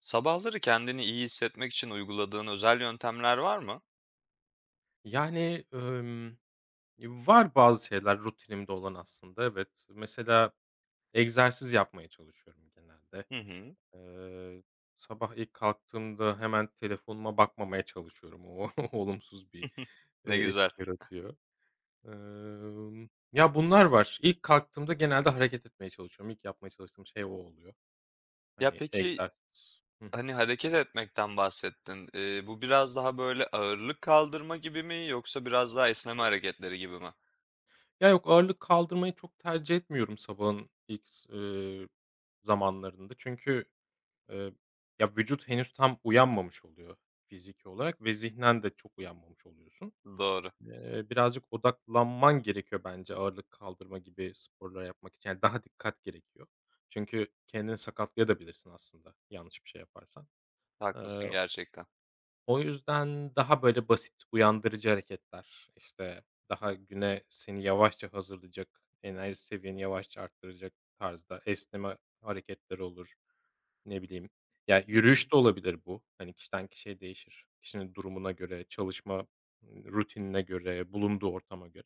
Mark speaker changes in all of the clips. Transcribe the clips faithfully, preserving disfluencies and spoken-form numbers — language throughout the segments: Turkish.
Speaker 1: Sabahları kendini iyi hissetmek için uyguladığın özel yöntemler var mı?
Speaker 2: Yani, ımm, var bazı şeyler rutinimde olan aslında, evet. Mesela egzersiz yapmaya çalışıyorum genelde.
Speaker 1: Hı hı.
Speaker 2: Eee, Sabah ilk kalktığımda hemen telefonuma bakmamaya çalışıyorum. O olumsuz bir, eee,
Speaker 1: Ne
Speaker 2: etki
Speaker 1: güzel.
Speaker 2: yaratıyor. Emm, ya, bunlar var. İlk kalktığımda genelde hareket etmeye çalışıyorum. İlk yapmaya çalıştığım şey o oluyor.
Speaker 1: Ya,
Speaker 2: Hani,
Speaker 1: peki,
Speaker 2: egzersiz. Hı hı.
Speaker 1: hani, hareket etmekten bahsettin. Eee, bu biraz daha böyle ağırlık kaldırma gibi mi yoksa biraz daha esneme hareketleri gibi mi?
Speaker 2: Ya, yok, ağırlık kaldırmayı çok tercih etmiyorum sabahın ilk s zamanlarında. Çünkü Eee, ya, vücut henüz tam uyanmamış oluyor fiziki olarak ve zihnen de çok uyanmamış oluyorsun.
Speaker 1: Doğru,
Speaker 2: Eee, birazcık odaklanman gerekiyor bence ağırlık kaldırma gibi sporlar yapmak için. Yani, daha dikkat gerekiyor. Çünkü kendini sakatlayabilirsin aslında yanlış bir şey yaparsan. Eee,
Speaker 1: haklısın gerçekten.
Speaker 2: O yüzden daha, böyle, basit uyandırıcı hareketler, işte, daha güne seni yavaşça hazırlayacak, enerji seviyeni yavaşça arttıracak tarzda esneme hareketleri olur. Ne bileyim, yani
Speaker 1: Hı hı.
Speaker 2: yürüyüş de olabilir bu. Hani, kişiden kişiye değişir. Kişinin durumuna göre, çalışma, rutinine göre, bulunduğu ortama göre.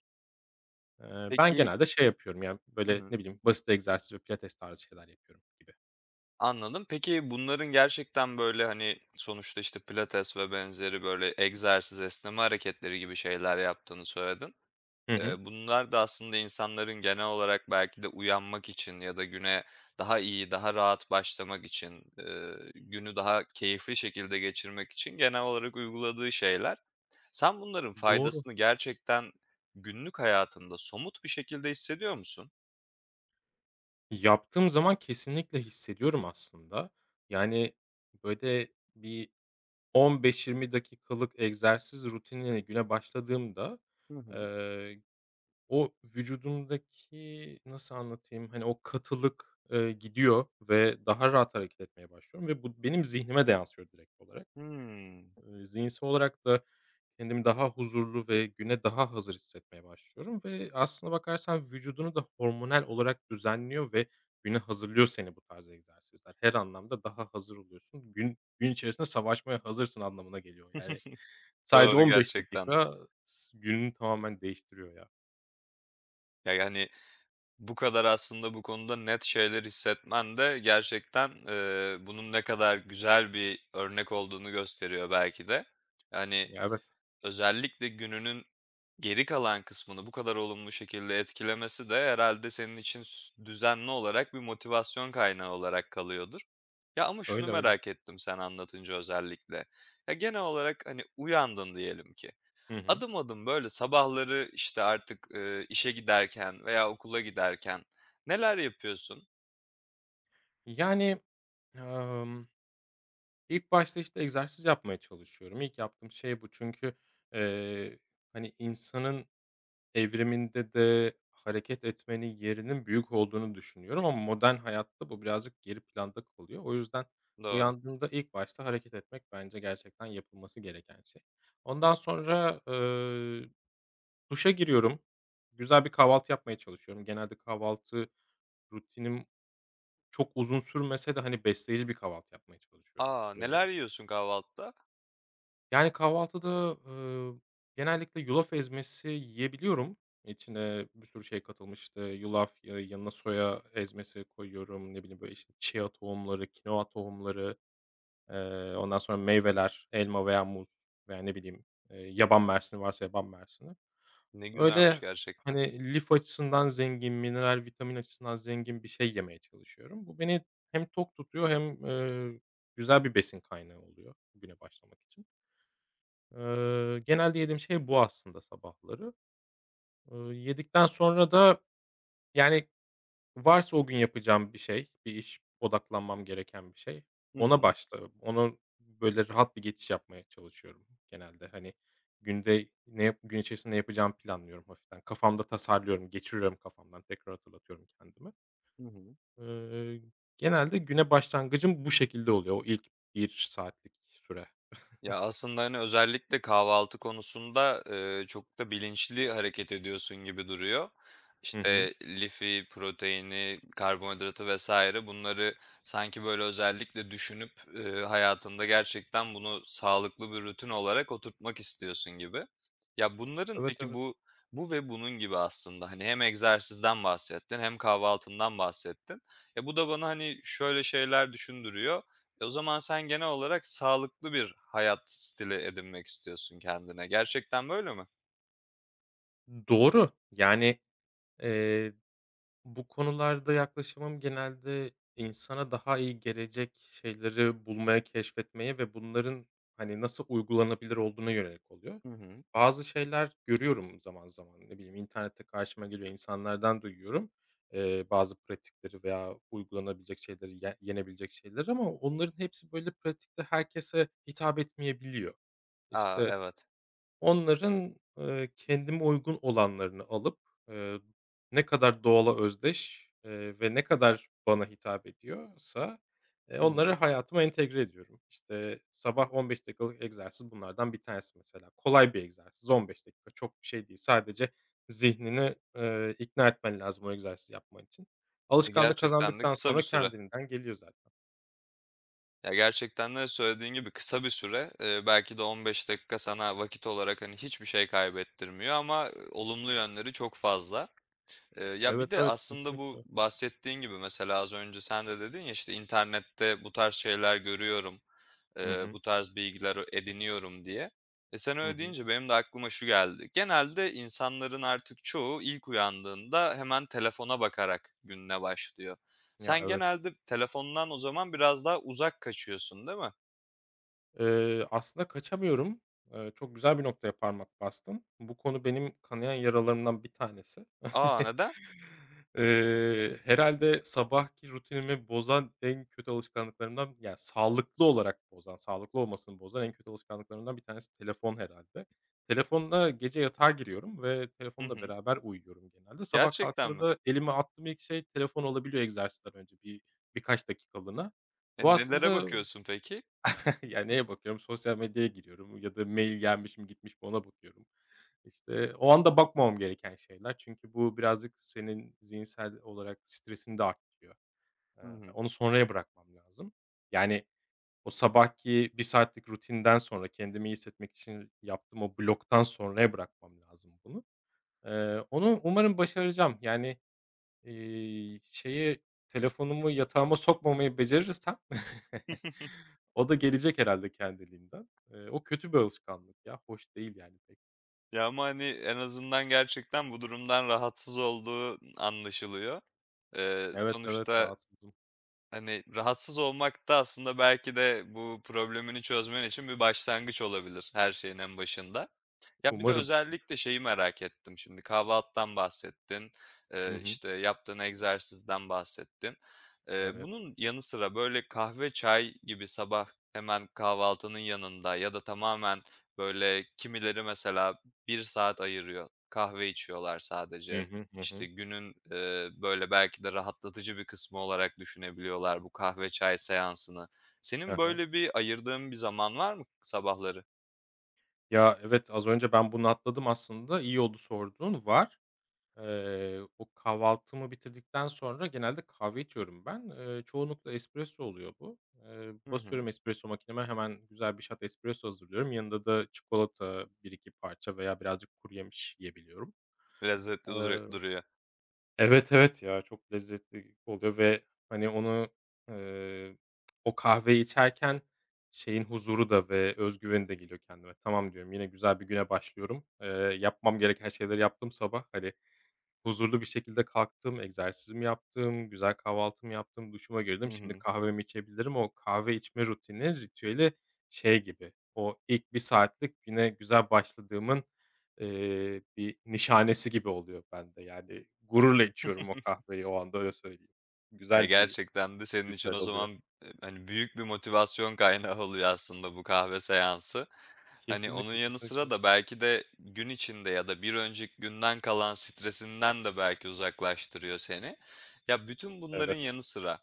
Speaker 2: Eee, ben
Speaker 1: Peki.
Speaker 2: genelde şey yapıyorum, yani
Speaker 1: Hı
Speaker 2: böyle,
Speaker 1: hı.
Speaker 2: ne bileyim, basit egzersiz ve pilates tarzı şeyler yapıyorum gibi.
Speaker 1: Anladım. Peki, bunların gerçekten böyle, hani, sonuçta, işte, pilates ve benzeri böyle egzersiz, esneme hareketleri gibi şeyler yaptığını söyledin.
Speaker 2: Hı
Speaker 1: Eee,
Speaker 2: hı.
Speaker 1: bunlar da aslında insanların genel olarak belki de uyanmak için ya da güne daha iyi, daha rahat başlamak için, eee, günü daha keyifli şekilde geçirmek için genel olarak uyguladığı şeyler. Sen bunların
Speaker 2: Doğru.
Speaker 1: faydasını gerçekten günlük hayatında somut bir şekilde hissediyor musun?
Speaker 2: Yaptığım zaman kesinlikle hissediyorum aslında. Yani, böyle, bir on beş yirmi dakikalık egzersiz rutinine güne başladığımda,
Speaker 1: Hı hı.
Speaker 2: eee O vücudumdaki nasıl anlatayım, hani, o katılık, eee, gidiyor ve daha rahat hareket etmeye başlıyorum ve bu benim zihnime de yansıyor direkt olarak.
Speaker 1: Hımm.
Speaker 2: Eee, zihinsel olarak da kendimi daha huzurlu ve güne daha hazır hissetmeye başlıyorum ve aslına bakarsan vücudunu da hormonal olarak düzenliyor ve güne hazırlıyor seni bu tarz egzersizler. Her anlamda daha hazır oluyorsun. Gün gün içerisinde savaşmaya hazırsın anlamına geliyor. Yani, sadece
Speaker 1: Doğru
Speaker 2: 15
Speaker 1: gerçekten de.
Speaker 2: dakika s gününü tamamen değiştiriyor ya.
Speaker 1: Ya, yani bu kadar aslında bu konuda net şeyler hissetmen de gerçekten, eee, bunun ne kadar güzel bir örnek olduğunu gösteriyor belki de. Yani
Speaker 2: Ya, evet.
Speaker 1: özellikle gününün geri kalan kısmını bu kadar olumlu şekilde etkilemesi de herhalde senin için s düzenli olarak bir motivasyon kaynağı olarak kalıyordur. Ya, ama şunu
Speaker 2: Öyle, öyle.
Speaker 1: merak ettim sen anlatınca özellikle. Ya, genel olarak, hani, uyandın diyelim ki.
Speaker 2: Hı hı.
Speaker 1: Adım adım böyle sabahları, işte, artık, eee, işe giderken veya okula giderken neler yapıyorsun?
Speaker 2: Yani, emm, ilk başta, işte, egzersiz yapmaya çalışıyorum. İlk yaptığım şey bu çünkü, eee, hani, insanın evriminde de hareket etmenin yerinin büyük olduğunu düşünüyorum ama modern hayatta bu birazcık geri planda kalıyor. O yüzden
Speaker 1: Doğru.
Speaker 2: uyandığımda ilk başta hareket etmek bence gerçekten yapılması gereken şey. Ondan sonra, eee, duşa giriyorum. Güzel bir kahvaltı yapmaya çalışıyorum. Genelde kahvaltı rutinim çok uzun sürmese de, hani, besleyici bir kahvaltı yapmaya çalışıyorum.
Speaker 1: A!
Speaker 2: Eee,
Speaker 1: Neler yiyorsun kahvaltıda?
Speaker 2: yani, kahvaltıda, eee, genellikle yulaf ezmesi yiyebiliyorum. İçine bir sürü şey katılmış, işte, yulaf, ya yanına soya ezmesi koyuyorum, ne bileyim, böyle, işte, chia tohumları, kinoa tohumları, eee, ondan sonra meyveler, elma veya muz veya ne bileyim, eee, yaban mersini varsa yaban mersini.
Speaker 1: Ne güzelmiş
Speaker 2: Öyle,
Speaker 1: gerçekten.
Speaker 2: hani, lif açısından zengin, mineral, vitamin açısından zengin bir şey yemeye çalışıyorum. Bu beni hem tok tutuyor hem, eee, güzel bir besin kaynağı oluyor güne başlamak için. Eee, genelde yediğim şey bu aslında sabahları. Eee, yedikten sonra da, yani, varsa o gün yapacağım bir şey, bir iş, odaklanmam gereken bir şey,
Speaker 1: Hı
Speaker 2: ona
Speaker 1: hı.
Speaker 2: başlarım. Onun böyle rahat bir geçiş yapmaya çalışıyorum genelde. Hani, günde ne yap gün içerisinde ne yapacağımı planlıyorum hafiften. Kafamda tasarlıyorum, geçiriyorum kafamdan, tekrar hatırlatıyorum kendime.
Speaker 1: Hı hı.
Speaker 2: Eee, Genelde güne başlangıcım bu şekilde oluyor, o ilk bir saatlik süre.
Speaker 1: Ya, aslında, hani, özellikle kahvaltı konusunda, eee, çok da bilinçli hareket ediyorsun gibi duruyor.
Speaker 2: Hı hı.
Speaker 1: İşte, lifi, proteini, karbonhidratı vesaire bunları sanki, böyle, özellikle düşünüp, eee, hayatında gerçekten bunu sağlıklı bir rutin olarak oturtmak istiyorsun gibi. Ya, bunların
Speaker 2: Evet,
Speaker 1: peki
Speaker 2: evet.
Speaker 1: bu, bu ve bunun gibi aslında, hani, hem egzersizden bahsettin hem kahvaltından bahsettin. E, bu da bana, hani, şöyle şeyler düşündürüyor. E, o zaman sen genel olarak sağlıklı bir hayat stili edinmek istiyorsun kendine. Gerçekten böyle mi?
Speaker 2: Doğru. Yani, eee bu konularda yaklaşımım genelde insana daha iyi gelecek şeyleri bulmaya, keşfetmeye ve bunların, hani, nasıl uygulanabilir olduğuna yönelik oluyor.
Speaker 1: Hı hı.
Speaker 2: Bazı şeyler görüyorum zaman zaman, ne bileyim, internette karşıma geliyor, insanlardan duyuyorum, eee, bazı pratikleri veya uygulanabilecek şeyleri, ye yenebilecek şeyleri ama onların hepsi, böyle, pratikte herkese hitap etmeyebiliyor.
Speaker 1: A,
Speaker 2: İşte
Speaker 1: evet.
Speaker 2: onların, eee, kendime uygun olanlarını alıp, eee, ne kadar doğala özdeş, eee, ve ne kadar bana hitap ediyorsa, eee,
Speaker 1: Hı
Speaker 2: onları
Speaker 1: hı.
Speaker 2: hayatıma entegre ediyorum. İşte, sabah on beş dakikalık egzersiz bunlardan bir tanesi mesela. Kolay bir egzersiz, on beş dakika çok bir şey değil. Sadece zihnini, eee, ikna etmen lazım o egzersizi yapman için.
Speaker 1: E,
Speaker 2: Alışkanlık
Speaker 1: gerçekten de
Speaker 2: kazandıktan
Speaker 1: kısa bir
Speaker 2: sonra
Speaker 1: süre.
Speaker 2: kendiliğinden geliyor zaten.
Speaker 1: Ya, gerçekten de söylediğin gibi kısa bir süre. Eee, belki de on beş dakika sana vakit olarak, hani, hiçbir şey kaybettirmiyor ama, eee, olumlu yönleri çok fazla. Eee, ya,
Speaker 2: Evet,
Speaker 1: bir de
Speaker 2: evet,
Speaker 1: aslında bu
Speaker 2: kesinlikle.
Speaker 1: bahsettiğin gibi mesela az önce sen de dedin ya, işte, internette bu tarz şeyler görüyorum.
Speaker 2: Hı
Speaker 1: Eee,
Speaker 2: hı.
Speaker 1: bu tarz bilgiler ediniyorum diye. E, sen
Speaker 2: Hı
Speaker 1: öyle
Speaker 2: hı.
Speaker 1: deyince benim de aklıma şu geldi. Genelde insanların artık çoğu ilk uyandığında hemen telefona bakarak gününe başlıyor.
Speaker 2: Ya,
Speaker 1: Sen
Speaker 2: evet.
Speaker 1: genelde telefondan o zaman biraz daha uzak kaçıyorsun, değil mi?
Speaker 2: Eee, aslında kaçamıyorum. Eee, çok güzel bir noktaya parmak bastın. Bu konu benim kanayan yaralarımdan bir tanesi.
Speaker 1: A! Neden?
Speaker 2: Eee, herhâlde sabahki rutinimi bozan en kötü alışkanlıklarımdan, yani sağlıklı olarak bozan, sağlıklı olmasını bozan en kötü alışkanlıklarımdan bir tanesi telefon herhalde. Telefonla gece yatağa giriyorum ve
Speaker 1: Hı
Speaker 2: telefonla
Speaker 1: hı.
Speaker 2: beraber uyuyorum genelde. Sabah
Speaker 1: Gerçekten
Speaker 2: kalktığımda
Speaker 1: mi?
Speaker 2: da elime attığım ilk şey telefon olabiliyor egzersizden önce bir birkaç dakikalığına.
Speaker 1: E,
Speaker 2: Bu
Speaker 1: nelere
Speaker 2: aslında
Speaker 1: bakıyorsun peki?
Speaker 2: ya, neye bakıyorum? Sosyal medyaya giriyorum ya da mail gelmiş mi, gitmiş mi ona bakıyorum. İşte, o anda bakmamam gereken şeyler. Çünkü bu birazcık senin zihinsel olarak stresini de arttırıyor. Eee,
Speaker 1: Hı hı.
Speaker 2: Onu sonraya bırakmam lazım. Yani, o sabahki bir saatlik rutinden sonra kendimi iyi hissetmek için yaptığım o bloktan sonraya bırakmam lazım bunu. Eee, onu umarım başaracağım. Yani, İii, şeyi, telefonumu yatağıma sokmamayı becerirsem o da gelecek herhâlde kendiliğinden. Eee, o kötü bir alışkanlık ya, hoş değil yani pek.
Speaker 1: Ya, ama, hani, en azından gerçekten bu durumdan rahatsız olduğu anlaşılıyor. Eee,
Speaker 2: Evet, evet,
Speaker 1: sonuçta,
Speaker 2: rahatsızım.
Speaker 1: hani, rahatsız olmak da aslında belki de bu problemini çözmen için bir başlangıç olabilir her şeyin en başında. Ya, bir de
Speaker 2: Umarım.
Speaker 1: özellikle şeyi merak ettim şimdi, kahvaltıdan bahsettin,
Speaker 2: Hı
Speaker 1: eee,
Speaker 2: hı.
Speaker 1: işte, yaptığın egzersizden bahsettin. Eee,
Speaker 2: Evet.
Speaker 1: bunun yanı sıra, böyle, kahve, çay gibi sabah hemen kahvaltının yanında ya da tamamen, böyle, kimileri mesela bir saat ayırıyor, kahve içiyorlar
Speaker 2: Hı
Speaker 1: sadece.
Speaker 2: hı. Hı
Speaker 1: İşte
Speaker 2: hı.
Speaker 1: günün, eee, böyle, belki de rahatlatıcı bir kısmı olarak düşünebiliyorlar bu kahve çay seansını.
Speaker 2: Hı
Speaker 1: Senin
Speaker 2: hı.
Speaker 1: böyle bir ayırdığın bir zaman var mı sabahları?
Speaker 2: Ya, evet, az önce ben bunu atladım aslında. İyi oldu sorduğun. Var. Eee, o kahvaltımı bitirdikten sonra genelde kahve içiyorum ben. Eee, çoğunlukla espresso oluyor bu. Eee,
Speaker 1: Hı hı.
Speaker 2: basıyorum espresso makineme, hemen güzel bir shot espresso hazırlıyorum. Yanında da çikolata bir iki parça veya birazcık kuru yemiş yiyebiliyorum.
Speaker 1: Lezzetli
Speaker 2: Eee,
Speaker 1: duru duruyor.
Speaker 2: evet, evet ya, çok lezzetli oluyor ve, hani, onu, eee, o kahveyi içerken şeyin huzuru da ve öz de geliyor kendime. "Tamam." diyorum, "Yine güzel bir güne başlıyorum. Eee, yapmam gereken şeyleri yaptım sabah. Hadi huzurlu bir şekilde kalktım, egzersizimi yaptım, güzel kahvaltımı yaptım, duşuma
Speaker 1: Hı
Speaker 2: girdim. Şimdi
Speaker 1: hı.
Speaker 2: kahvemi içebilirim. O kahve içme rutini, ritüeli şey gibi, o ilk bir saatlik güne güzel başladığımın, eee, bir nişanesi gibi oluyor bende. Yani gururla içiyorum o kahveyi o anda, öyle söyleyeyim.
Speaker 1: Ya,
Speaker 2: Güzel bir
Speaker 1: gerçekten de senin için
Speaker 2: ritüel
Speaker 1: o
Speaker 2: oluyor.
Speaker 1: zaman, eee, hani, büyük bir motivasyon kaynağı oluyor aslında bu kahve seansı. Hani, onun
Speaker 2: Kesinlikle,
Speaker 1: yanı sıra
Speaker 2: kesinlikle.
Speaker 1: da belki de gün içinde ya da bir önceki günden kalan stresinden de belki uzaklaştırıyor seni. Ya, bütün bunların
Speaker 2: Evet.
Speaker 1: yanı sıra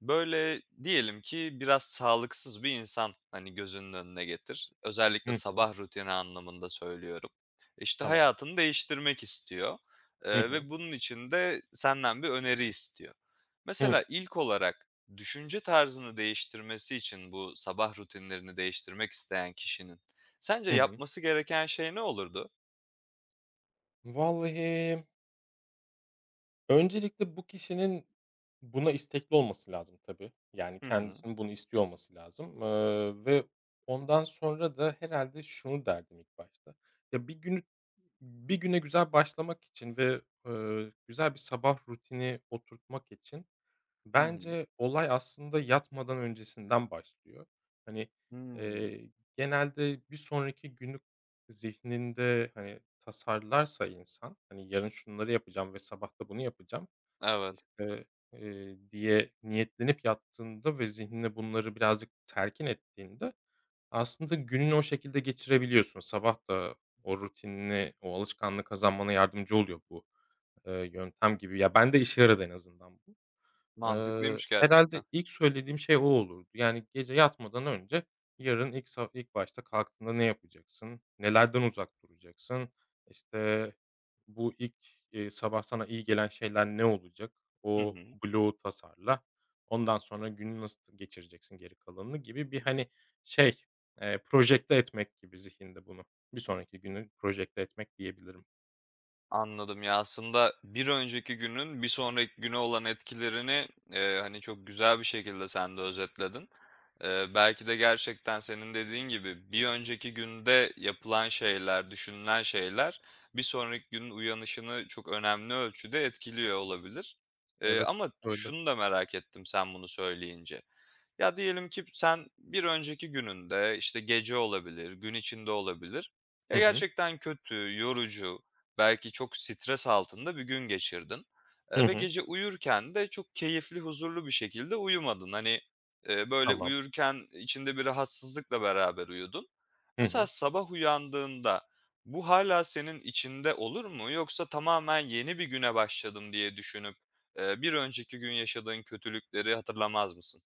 Speaker 1: böyle, diyelim ki biraz sağlıksız bir insan, hani, gözünün önüne getir. Özellikle
Speaker 2: Hı hı.
Speaker 1: sabah rutini anlamında söylüyorum. İşte,
Speaker 2: Tamam.
Speaker 1: hayatını değiştirmek istiyor,
Speaker 2: Hı
Speaker 1: eee,
Speaker 2: hı.
Speaker 1: ve bunun için de senden bir öneri istiyor.
Speaker 2: Hı.
Speaker 1: Mesela ilk olarak düşünce tarzını değiştirmesi için bu sabah rutinlerini değiştirmek isteyen kişinin sence
Speaker 2: Hı hı.
Speaker 1: yapması gereken şey ne olurdu?
Speaker 2: Vallahi öncelikle bu kişinin buna istekli olması lazım tabii. Yani
Speaker 1: Hı hı.
Speaker 2: kendisinin bunu istiyor olması lazım, eee, ve ondan sonra da herhâlde şunu derdim ilk başta: ya, bir günü bir güne güzel başlamak için ve, eee, güzel bir sabah rutini oturtmak için
Speaker 1: Hı hı.
Speaker 2: bence olay aslında yatmadan öncesinden başlıyor. Hani,
Speaker 1: Hımm.
Speaker 2: eee, genelde bir sonraki günü zihninde, hani, tasarlarsa insan, hani, yarın şunları yapacağım ve sabah da bunu yapacağım,
Speaker 1: Evet,
Speaker 2: işte, eee, diye niyetlenip yattığında ve zihnine bunları birazcık terkin ettiğinde aslında gününü o şekilde geçirebiliyorsun. Sabah da o rutinini, o alışkanlığı kazanmana yardımcı oluyor bu, eee, yöntem gibi. Ya, ben de işe yaradı en azından bu. Eee,
Speaker 1: mantıklıymış
Speaker 2: herhâlde
Speaker 1: gerçekten.
Speaker 2: ilk söylediğim şey o olurdu. Yani gece yatmadan önce yarın ilk sa ilk başta kalktığında ne yapacaksın? Nelerden uzak duracaksın? İşte, bu ilk, eee, sabah sana iyi gelen şeyler ne olacak?
Speaker 1: Hı
Speaker 2: O
Speaker 1: hı.
Speaker 2: bloğu tasarla. Ondan sonra günü nasıl geçireceksin geri kalanını gibi bir, hani, şey, eee, projekte etmek gibi zihinde bunu. Bir sonraki günü projekte etmek diyebilirim.
Speaker 1: Anladım ya, aslında bir önceki günün bir sonraki güne olan etkilerini, eee, hani, çok güzel bir şekilde sen de özetledin. Eee, belki de gerçekten senin dediğin gibi bir önceki günde yapılan şeyler, düşünülen şeyler bir sonraki günün uyanışını çok önemli ölçüde etkiliyor olabilir. Eee,
Speaker 2: Evet,
Speaker 1: ama
Speaker 2: öyle.
Speaker 1: şunu da merak ettim sen bunu söyleyince. Ya, diyelim ki sen bir önceki gününde, işte, gece olabilir, gün içinde olabilir, ya,
Speaker 2: Hı hı.
Speaker 1: gerçekten kötü, yorucu, belki çok stres altında bir gün geçirdin,
Speaker 2: Hı
Speaker 1: eee, ve
Speaker 2: hı.
Speaker 1: gece uyurken de çok keyifli, huzurlu bir şekilde uyumadın. Hani, eee, böyle
Speaker 2: Tamam.
Speaker 1: uyurken içinde bir rahatsızlıkla beraber uyudun.
Speaker 2: Hı
Speaker 1: Mesela
Speaker 2: hı.
Speaker 1: sabah uyandığında bu hala senin içinde olur mu yoksa tamamen yeni bir güne başladım diye düşünüp, eee, bir önceki gün yaşadığın kötülükleri hatırlamaz mısın?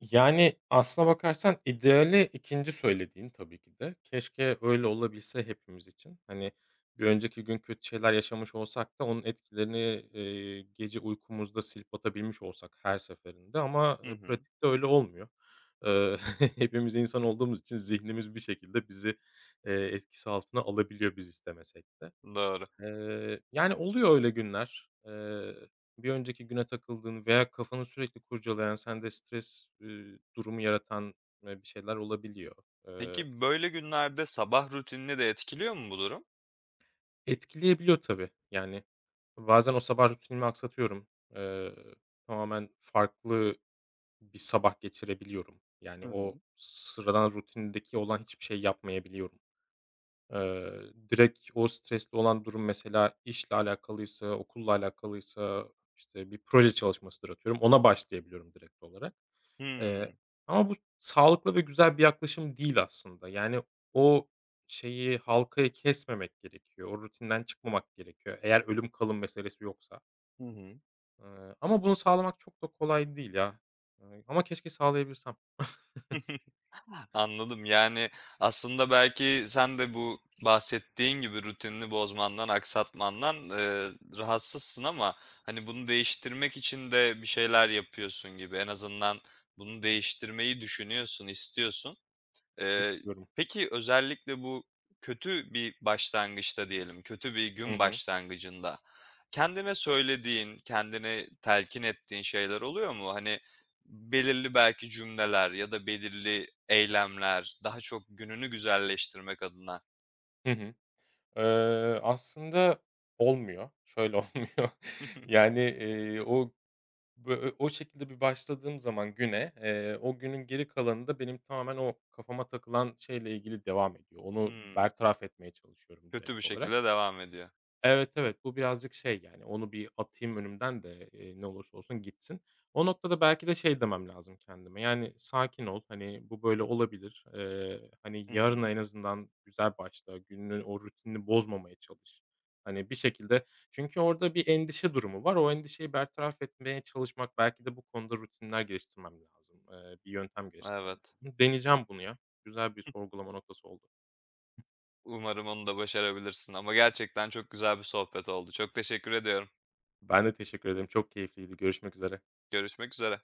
Speaker 2: Yani, aslına bakarsan ideali ikinci söylediğin tabii ki de. Keşke öyle olabilse hepimiz için. Hani, bir önceki gün kötü şeyler yaşamış olsak da onun etkilerini, eee, gece uykumuzda silip atabilmiş olsak her seferinde ama,
Speaker 1: Hı
Speaker 2: eee,
Speaker 1: hı.
Speaker 2: pratikte öyle olmuyor. Eee, Hepimiz insan olduğumuz için zihnimiz bir şekilde bizi, eee, etkisi altına alabiliyor biz istemesek de.
Speaker 1: Doğru.
Speaker 2: Eee, yani, oluyor öyle günler. Eee, bir önceki güne takıldığın veya kafanı sürekli kurcalayan, sende stres, ııı, durumu yaratan, eee, bir şeyler olabiliyor. Eee,
Speaker 1: Peki böyle günlerde sabah rutinini de etkiliyor mu bu durum?
Speaker 2: Etkileyebiliyor tabii. Yani, bazen o sabah rutinimi aksatıyorum. Eee, Tamamen farklı bir sabah geçirebiliyorum. Yani,
Speaker 1: Hı hı.
Speaker 2: o sıradan rutindeki olan hiçbir şey yapmayabiliyorum. Eee, Direkt o stresli olan durum mesela işle alakalıysa, okulla alakalıysa, işte, bir proje çalışmasıdır atıyorum, ona başlayabiliyorum direkt olarak. Eee,
Speaker 1: Hımm.
Speaker 2: Ama bu sağlıklı ve güzel bir yaklaşım değil aslında. Yani o şeyi, halkayı kesmemek gerekiyor. O rutinden çıkmamak gerekiyor eğer ölüm kalım meselesi yoksa.
Speaker 1: Hı hı.
Speaker 2: Eee, Ama bunu sağlamak çok da kolay değil ya. Eee, ama keşke sağlayabilsem.
Speaker 1: Anladım. Yani, aslında belki sen de bu bahsettiğin gibi rutinini bozmandan, aksatmandan, eee, rahatsızsın ama, hani, bunu değiştirmek için de bir şeyler yapıyorsun gibi. En azından bunu değiştirmeyi düşünüyorsun, istiyorsun. Eee,
Speaker 2: İstiyorum.
Speaker 1: peki özellikle bu kötü bir başlangıçta diyelim, kötü bir
Speaker 2: Hı
Speaker 1: gün
Speaker 2: hı.
Speaker 1: başlangıcında kendine söylediğin, kendine telkin ettiğin şeyler oluyor mu? Hani, belirli belki cümleler ya da belirli eylemler daha çok gününü güzelleştirmek adına.
Speaker 2: Hı hı. Eee, aslında olmuyor. Şöyle olmuyor. Yani, eee, o bö o şekilde bir başladığım zaman güne, eee, o günün geri kalanı da benim tamamen o kafama takılan şeyle ilgili devam ediyor. Onu
Speaker 1: Hımm,
Speaker 2: bertaraf etmeye çalışıyorum
Speaker 1: kötü bir
Speaker 2: direkt olarak.
Speaker 1: şekilde devam ediyor.
Speaker 2: Evet, evet. Bu birazcık şey, yani, onu bir atayım önümden de, eee, ne olursa olsun gitsin. O noktada belki de şey demem lazım kendime, yani, "Sakin ol, hani, bu böyle olabilir. Eee, hani,
Speaker 1: Hı hı.
Speaker 2: yarına en azından güzel başla, günün o rutinini bozmamaya çalış." Hani, bir şekilde çünkü orada bir endişe durumu var. O endişeyi bertaraf etmeye çalışmak, belki de bu konuda rutinler geliştirmem lazım. Eee, bir yöntem geliştirmem
Speaker 1: Evet.
Speaker 2: lazım. Deneyeceğim bunu ya. Güzel bir sorgulama noktası oldu.
Speaker 1: Umarım onu da başarabilirsin ama gerçekten çok güzel bir sohbet oldu. Çok teşekkür ediyorum.
Speaker 2: Ben de teşekkür ederim. Çok keyifliydi. Görüşmek üzere.
Speaker 1: Görüşmek üzere.